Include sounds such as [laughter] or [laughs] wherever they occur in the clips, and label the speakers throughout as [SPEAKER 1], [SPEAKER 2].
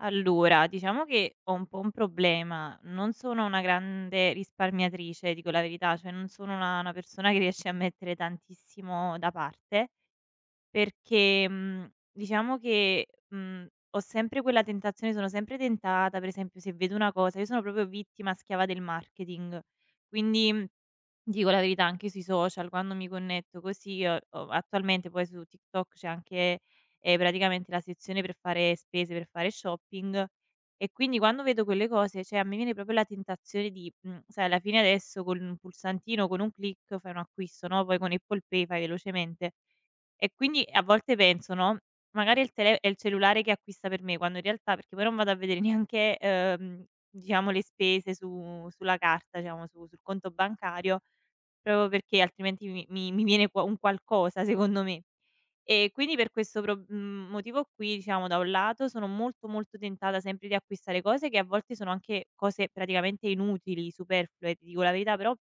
[SPEAKER 1] Allora, diciamo che ho un po' un problema. Non sono una grande risparmiatrice, dico la verità, cioè non sono una persona che riesce a mettere tantissimo da parte, perché, diciamo che, ho sempre quella tentazione, sono sempre tentata. Per esempio, se vedo una cosa, io sono proprio vittima, schiava del marketing, quindi, dico la verità. Anche sui social, quando mi connetto così, o attualmente poi su TikTok c'è anche, praticamente, la sezione per fare spese, per fare shopping, e quindi quando vedo quelle cose, cioè a me viene proprio la tentazione di, sai, alla fine adesso con un pulsantino, con un click fai un acquisto, no, poi con Apple Pay fai velocemente. E quindi a volte penso, no, magari il tele è il cellulare che acquista per me, quando in realtà perché poi non vado a vedere [laughs] neanche, diciamo, le spese su sulla carta, diciamo su sul conto bancario, proprio perché altrimenti mi viene qua un qualcosa secondo me. E quindi per questo motivo qui, diciamo, da un lato sono molto, molto tentata sempre di acquistare cose che a volte sono anche cose praticamente inutili, superflue, ti dico la verità, però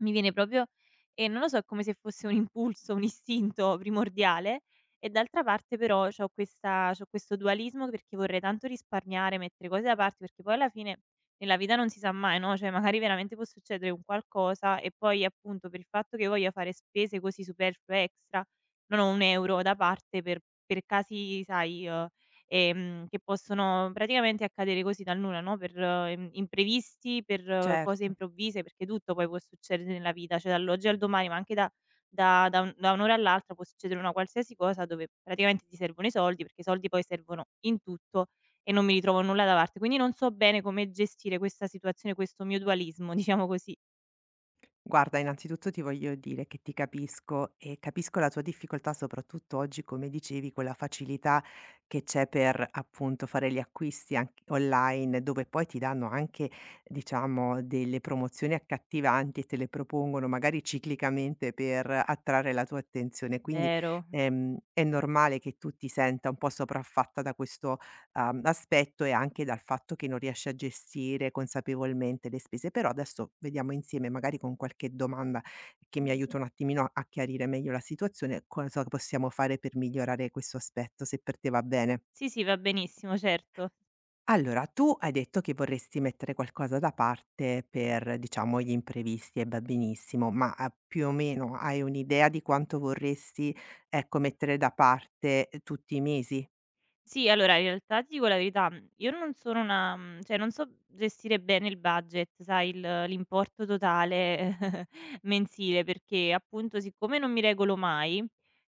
[SPEAKER 1] mi viene proprio, non lo so, è come se fosse un impulso, un istinto primordiale. E d'altra parte, però, c'ho questo dualismo, perché vorrei tanto risparmiare, mettere cose da parte, perché poi alla fine nella vita non si sa mai, no, cioè magari veramente può succedere un qualcosa, e poi appunto per il fatto che voglia fare spese così superflue, extra, non ho 1 € da parte per casi, sai, che possono praticamente accadere così dal nulla, no, per im imprevisti, per cose
[SPEAKER 2] Certo.
[SPEAKER 1] improvvise, perché tutto poi può succedere nella vita, cioè dall'oggi al domani, ma anche da da da un da un'ora all'altra può succedere una qualsiasi cosa dove praticamente ti servono i soldi, perché i soldi poi servono in tutto, e non mi ritrovo nulla da parte. Quindi non so bene come gestire questa situazione, questo mio dualismo, [laughs] diciamo così.
[SPEAKER 2] Guarda, innanzitutto ti voglio dire che ti capisco e capisco la tua difficoltà, soprattutto oggi, come dicevi, con la facilità che c'è per appunto fare gli acquisti anche online, dove poi ti danno anche, diciamo, delle promozioni accattivanti e te le propongono magari ciclicamente per attrarre la tua attenzione. Quindi
[SPEAKER 1] Vero.
[SPEAKER 2] è normale che tu ti senta un po' sopraffatta da questo aspetto e anche dal fatto che non riesce a gestire consapevolmente le spese. Però adesso vediamo insieme, magari con qualche domanda che mi aiuta un attimino a chiarire meglio la situazione, cosa possiamo fare per migliorare questo aspetto, se per te va bene.
[SPEAKER 1] Sì, sì, va benissimo, certo.
[SPEAKER 2] Allora, tu hai detto che vorresti mettere qualcosa da parte per, diciamo, gli imprevisti e va benissimo, ma, più o meno hai un'idea di quanto vorresti, ecco, mettere da parte, tutti i mesi?
[SPEAKER 1] Sì, allora in realtà ti dico la verità, io non sono una, cioè non so gestire bene il budget, sai, il l'importo totale [laughs] mensile, perché appunto, siccome non mi regolo mai,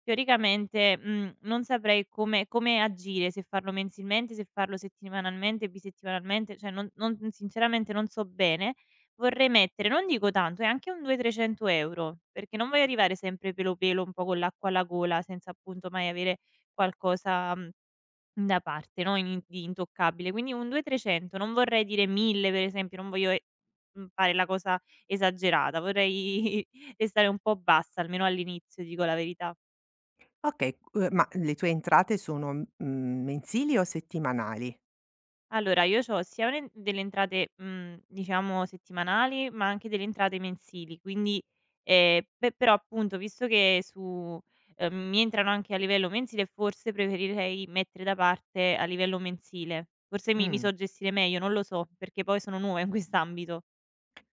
[SPEAKER 1] teoricamente, non saprei come agire, se farlo mensilmente, se farlo settimanalmente, bisettimanalmente, cioè non, sinceramente, non so bene. Vorrei mettere, non dico tanto, anche un 200, 300 €, perché non voglio arrivare sempre pelo pelo, un po' con l'acqua alla gola, senza appunto mai avere qualcosa, mhmm da parte, no, in di intoccabile. Quindi un 2, 300, non vorrei dire 1000 per esempio, non voglio, fare la cosa esagerata, vorrei [laughs] restare un po' bassa, almeno all'inizio, dico la verità.
[SPEAKER 2] Okay, ma le tue entrate sono, mensili o settimanali?
[SPEAKER 1] Allora, io c'ho sia un delle entrate, diciamo settimanali, ma anche delle entrate mensili, quindi, pe però appunto, visto che su, mi entrano anche a livello mensile, forse preferirei mettere da parte a livello mensile. Forse mi
[SPEAKER 2] Mh.
[SPEAKER 1] so gestire meglio, non lo so, perché poi sono nuova in quest'ambito.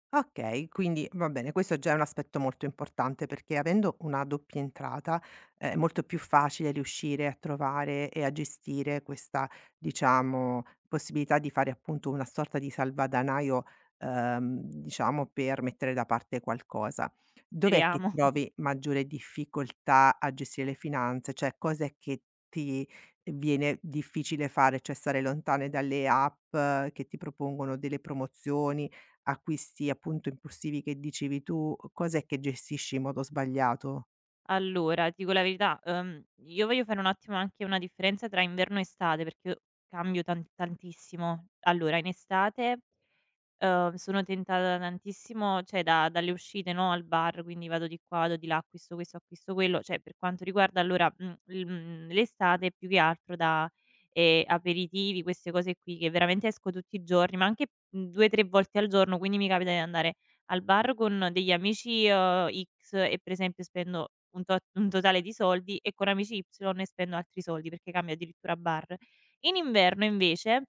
[SPEAKER 2] Okay, quindi va bene, questo già è un aspetto molto importante perché avendo una doppia entrata è molto più facile riuscire a trovare e a gestire questa, diciamo, possibilità di fare appunto una sorta di salvadanaio, diciamo per mettere da parte qualcosa. Dov'è che
[SPEAKER 1] Speriamo. [laughs]
[SPEAKER 2] trovi maggiore difficoltà a gestire le finanze? Cioè cos'è che ti viene difficile fare? Cioè stare lontane dalle app che ti propongono delle promozioni acquisti appunto impulsivi che dicevi tu, cos'è che gestisci in modo sbagliato?
[SPEAKER 1] Allora, ti dico la verità, io voglio fare un attimo anche una differenza tra inverno e estate, perché io cambio tantissimo. Allora, in estate, sono tentata tantissimo, cioè da dalle uscite, no, al bar, quindi vado di qua, vado di là, acquisto questo, acquisto quello. Cioè per quanto riguarda, allora, l'estate, più che altro da, aperitivi, queste cose qui, che veramente esco tutti i giorni, ma anche, 2, 3 volte al giorno, quindi mi capita di andare al bar con degli amici, X, e per esempio spendo un totale di soldi, e con amici Y ne spendo altri soldi, perché cambio addirittura bar. In inverno invece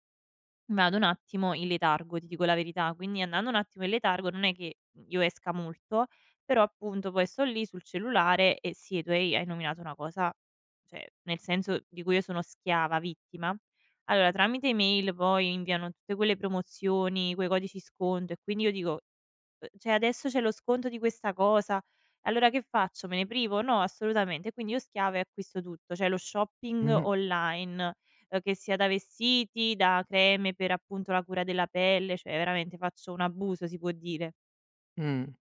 [SPEAKER 1] vado un attimo in letargo, ti dico la verità. Quindi, andando un attimo in letargo, non è che io esca molto, però appunto poi sto lì sul cellulare, e sì, tu hai nominato una cosa, cioè nel senso di cui io sono schiava, vittima. Allora, tramite email poi inviano tutte quelle promozioni, quei codici sconto, e quindi io dico, cioè adesso c'è lo sconto di questa cosa, allora che faccio? Me ne privo? No, assolutamente. Quindi io schiava, e acquisto tutto, cioè lo
[SPEAKER 2] [laughs]
[SPEAKER 1] shopping
[SPEAKER 2] Mh-mh.
[SPEAKER 1] online, che sia da vestiti, da creme per appunto la cura della pelle, cioè veramente faccio un abuso, si può dire.
[SPEAKER 2] Mh.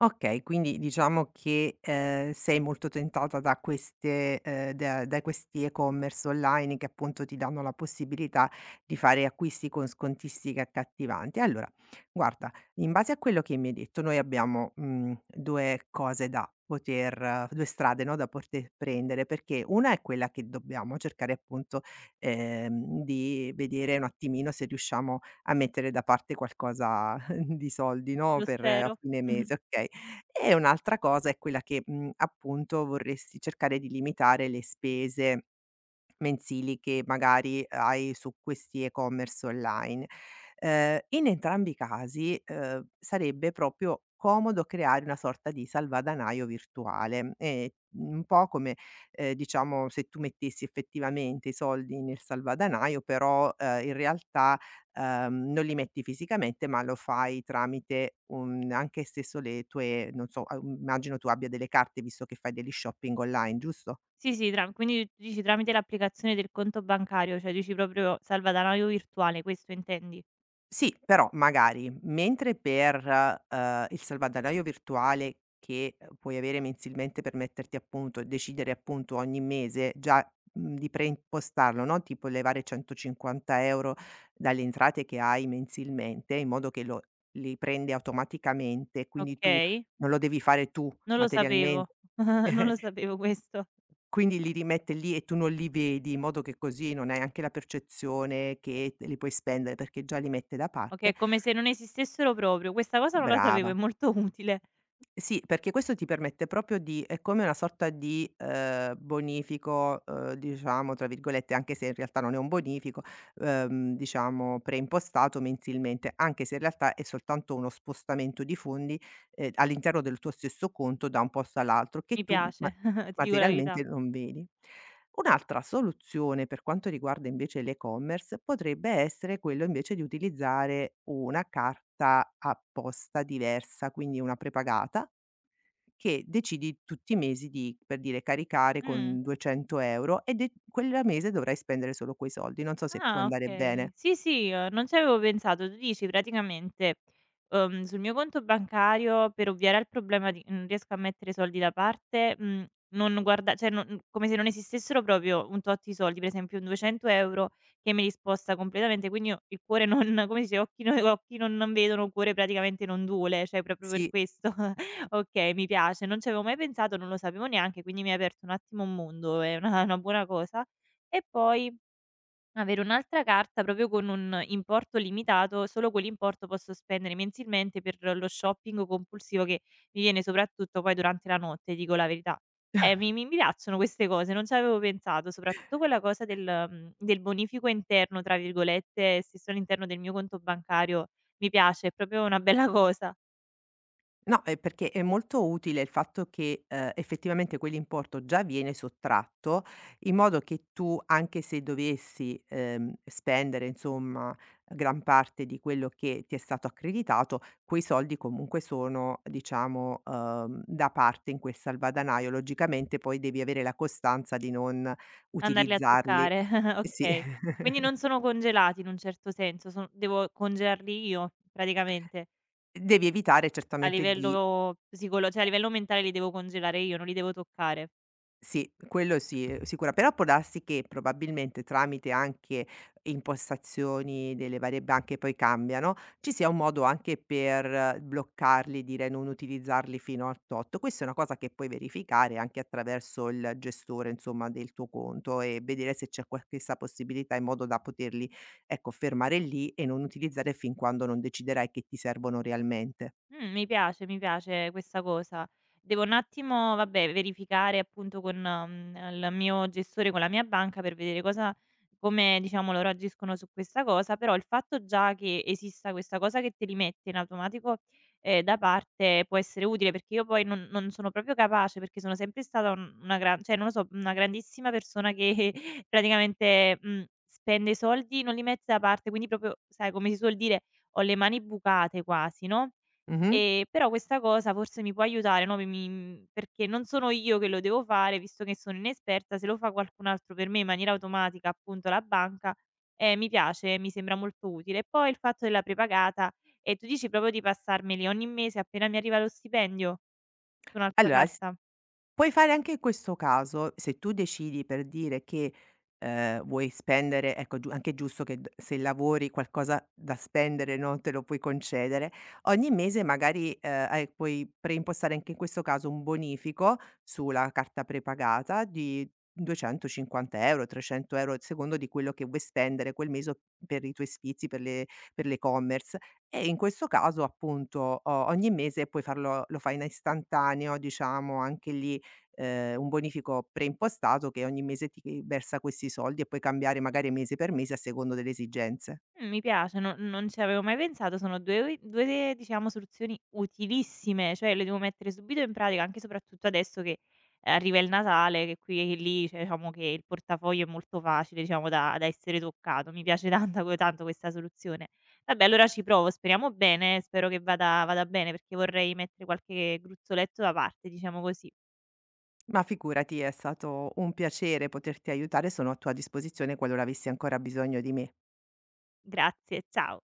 [SPEAKER 2] Okay, quindi diciamo che, sei molto tentata da queste da questi e-commerce online che appunto ti danno la possibilità di fare acquisti con scontistiche accattivanti. Allora, guarda, in base a quello che mi hai detto noi abbiamo, 2 cose da poter 2 strade, no, da poter prendere, perché una è quella che dobbiamo cercare appunto, di vedere un attimino se riusciamo a mettere da parte qualcosa [laughs] di soldi, no,
[SPEAKER 1] Lo
[SPEAKER 2] per a
[SPEAKER 1] spero.
[SPEAKER 2] fine
[SPEAKER 1] [laughs] Mh-mh.
[SPEAKER 2] mese, okay? E un'altra cosa è quella che, appunto vorresti cercare di limitare le spese mensili che magari hai su questi e-commerce online. In entrambi i casi, sarebbe proprio comodo creare una sorta di salvadanaio virtuale, un po' come, diciamo se tu mettessi effettivamente i soldi nel salvadanaio però, in realtà, non li metti fisicamente ma lo fai tramite un anche stesso le tue non so, a immagino tu abbia delle carte visto che fai degli shopping online, giusto?
[SPEAKER 1] Sì, sì, tram quindi tu dici tramite l'applicazione del conto bancario, cioè dici proprio salvadanaio virtuale, questo intendi?
[SPEAKER 2] Sì, però magari mentre per, il salvadanaio virtuale che puoi avere mensilmente per metterti a punto e decidere appunto ogni mese già, di preimpostarlo, no, tipo levare 150 € dalle entrate che hai mensilmente in modo che lo li prende automaticamente, quindi tu
[SPEAKER 1] Okay,
[SPEAKER 2] non lo devi fare tu
[SPEAKER 1] non lo
[SPEAKER 2] materialmen
[SPEAKER 1] sapevo, [laughs] non lo
[SPEAKER 2] [laughs]
[SPEAKER 1] sapevo questo.
[SPEAKER 2] quindi li rimette lì e tu non li vedi in modo che così non hai anche la percezione che te li puoi spendere perché già li mette da
[SPEAKER 1] Okay,
[SPEAKER 2] parte.
[SPEAKER 1] è come se non esistessero proprio, questa cosa non la sapevo, è
[SPEAKER 2] Brava.
[SPEAKER 1] molto utile.
[SPEAKER 2] Sì, perché questo ti permette proprio di è come una sorta di, bonifico, diciamo tra virgolette, anche se in realtà non è un bonifico, diciamo preimpostato mensilmente, anche se in realtà è soltanto uno spostamento di fondi, all'interno del tuo stesso conto da un posto all'altro che
[SPEAKER 1] Mi
[SPEAKER 2] tu
[SPEAKER 1] piace, [laughs] ti dico la verità.
[SPEAKER 2] materialmente non vedi. Un'altra soluzione per quanto riguarda invece l'e-commerce potrebbe essere quello invece di utilizzare una carta apposta diversa, quindi una prepagata che decidi tutti i mesi di, per dire, caricare
[SPEAKER 1] Mh.
[SPEAKER 2] con 200 € e de quel mese dovrai spendere solo quei soldi. Non so se può
[SPEAKER 1] Ah,
[SPEAKER 2] andare
[SPEAKER 1] okay.
[SPEAKER 2] bene.
[SPEAKER 1] Sì, sì, non ci avevo pensato. Tu dici praticamente, sul mio conto bancario, per ovviare al problema di non riesco a mettere soldi da parte, non guarda, cioè non, come se non esistessero proprio un tot di soldi, per esempio un 200 € che me li sposta completamente, quindi io il cuore non, [laughs] come si dice: "Occhi no, occhi non vedono, cuore praticamente non duole", cioè proprio per
[SPEAKER 2] Sì.
[SPEAKER 1] questo. [laughs] Okay, mi piace, non ci avevo mai pensato, non lo sapevo neanche, quindi mi hai aperto un attimo un mondo, è una buona cosa. E poi avere un'altra carta proprio con un importo limitato, solo quell'importo posso spendere mensilmente per lo shopping compulsivo che mi viene soprattutto poi durante la notte, dico la verità. Mi piacciono queste cose, non ci avevo pensato, soprattutto quella cosa del "bonifico interno" tra virgolette, se sono all'interno del mio conto bancario. Mi piace, è proprio una bella cosa
[SPEAKER 2] No, perché è molto utile il fatto che, effettivamente quell'importo già viene sottratto, in modo che tu, anche se dovessi, spendere insomma gran parte di quello che ti è stato accreditato, quei soldi comunque sono diciamo, da parte in quel salvadanaio. Logicamente poi devi avere la costanza di non
[SPEAKER 1] andarli a
[SPEAKER 2] utilizzarli
[SPEAKER 1] toccare. [laughs]
[SPEAKER 2] sì,
[SPEAKER 1] Okay. Quindi
[SPEAKER 2] [laughs]
[SPEAKER 1] non sono congelati in un certo senso, son devo congelarli io praticamente?
[SPEAKER 2] devi evitare
[SPEAKER 1] A
[SPEAKER 2] certamente di
[SPEAKER 1] livello psicolo cioè a livello mentale li devo congelare io, non li devo toccare.
[SPEAKER 2] Sì, quello sì, sicura però può darsi che probabilmente tramite anche impostazioni delle varie banche poi cambiano, ci sia un modo anche per bloccarli, dire non utilizzarli fino al tot. Questa è una cosa che puoi verificare anche attraverso il gestore, insomma, del tuo conto e vedere se c'è qual questa possibilità in modo da poterli, ecco, fermare lì e non utilizzare fin quando non deciderai che ti servono realmente.
[SPEAKER 1] Mi piace questa cosa. Devo un attimo, vabbè, verificare appunto con, il mio gestore, con la mia banca, per vedere cosa, come diciamo, loro agiscono su questa cosa, però il fatto già che esista questa cosa che te li mette in automatico, da parte, può essere utile, perché io poi non sono proprio capace, perché sono sempre stata un una gran, cioè non lo so, una grandissima persona che [laughs] praticamente, spende i soldi, non li mette da parte, quindi proprio, sai, come si suol dire, ho le mani bucate quasi, no?
[SPEAKER 2] Mh-mh.
[SPEAKER 1] Però questa cosa forse mi può aiutare, no, mi, perché non sono io che lo devo fare, visto che sono inesperta, se lo fa qualcun altro per me in maniera automatica, appunto la banca, mi piace, mi sembra molto utile. E poi il fatto della prepagata, tu dici proprio di passarmeli ogni mese appena mi arriva lo stipendio, su un'altra
[SPEAKER 2] Allora s
[SPEAKER 1] carta?
[SPEAKER 2] Puoi fare anche questo caso, se tu decidi per dire che, vuoi spendere ecco giu anche giusto che d se lavori qualcosa da spendere, no, te lo puoi concedere, ogni mese magari, hai puoi preimpostare anche in questo caso un bonifico sulla carta prepagata di 250 €, 300 € a secondo di quello che vuoi spendere quel mese o per i tuoi sfizi, per le per l'e-commerce. E in questo caso appunto o ogni mese puoi farlo lo fai in istantaneo diciamo anche lì, un bonifico preimpostato che ogni mese ti versa questi soldi e puoi cambiare magari mese per mese a secondo delle esigenze.
[SPEAKER 1] Mi piace, no, non ci avevo mai pensato, sono 2 ui 2, diciamo, soluzioni utilissime, cioè le devo mettere subito in pratica, anche e soprattutto adesso che, arriva il Natale, che qui e lì, cioè diciamo che il portafoglio è molto facile, diciamo da essere toccato. Mi piace tanta que tanto questa soluzione. Vabbè, allora ci provo, speriamo bene, spero che vada bene, perché vorrei mettere qualche gruzzoletto da parte, diciamo così.
[SPEAKER 2] Ma figurati, è stato un piacere poterti aiutare, sono a tua disposizione qualora avessi ancora bisogno di me.
[SPEAKER 1] Grazie, ciao.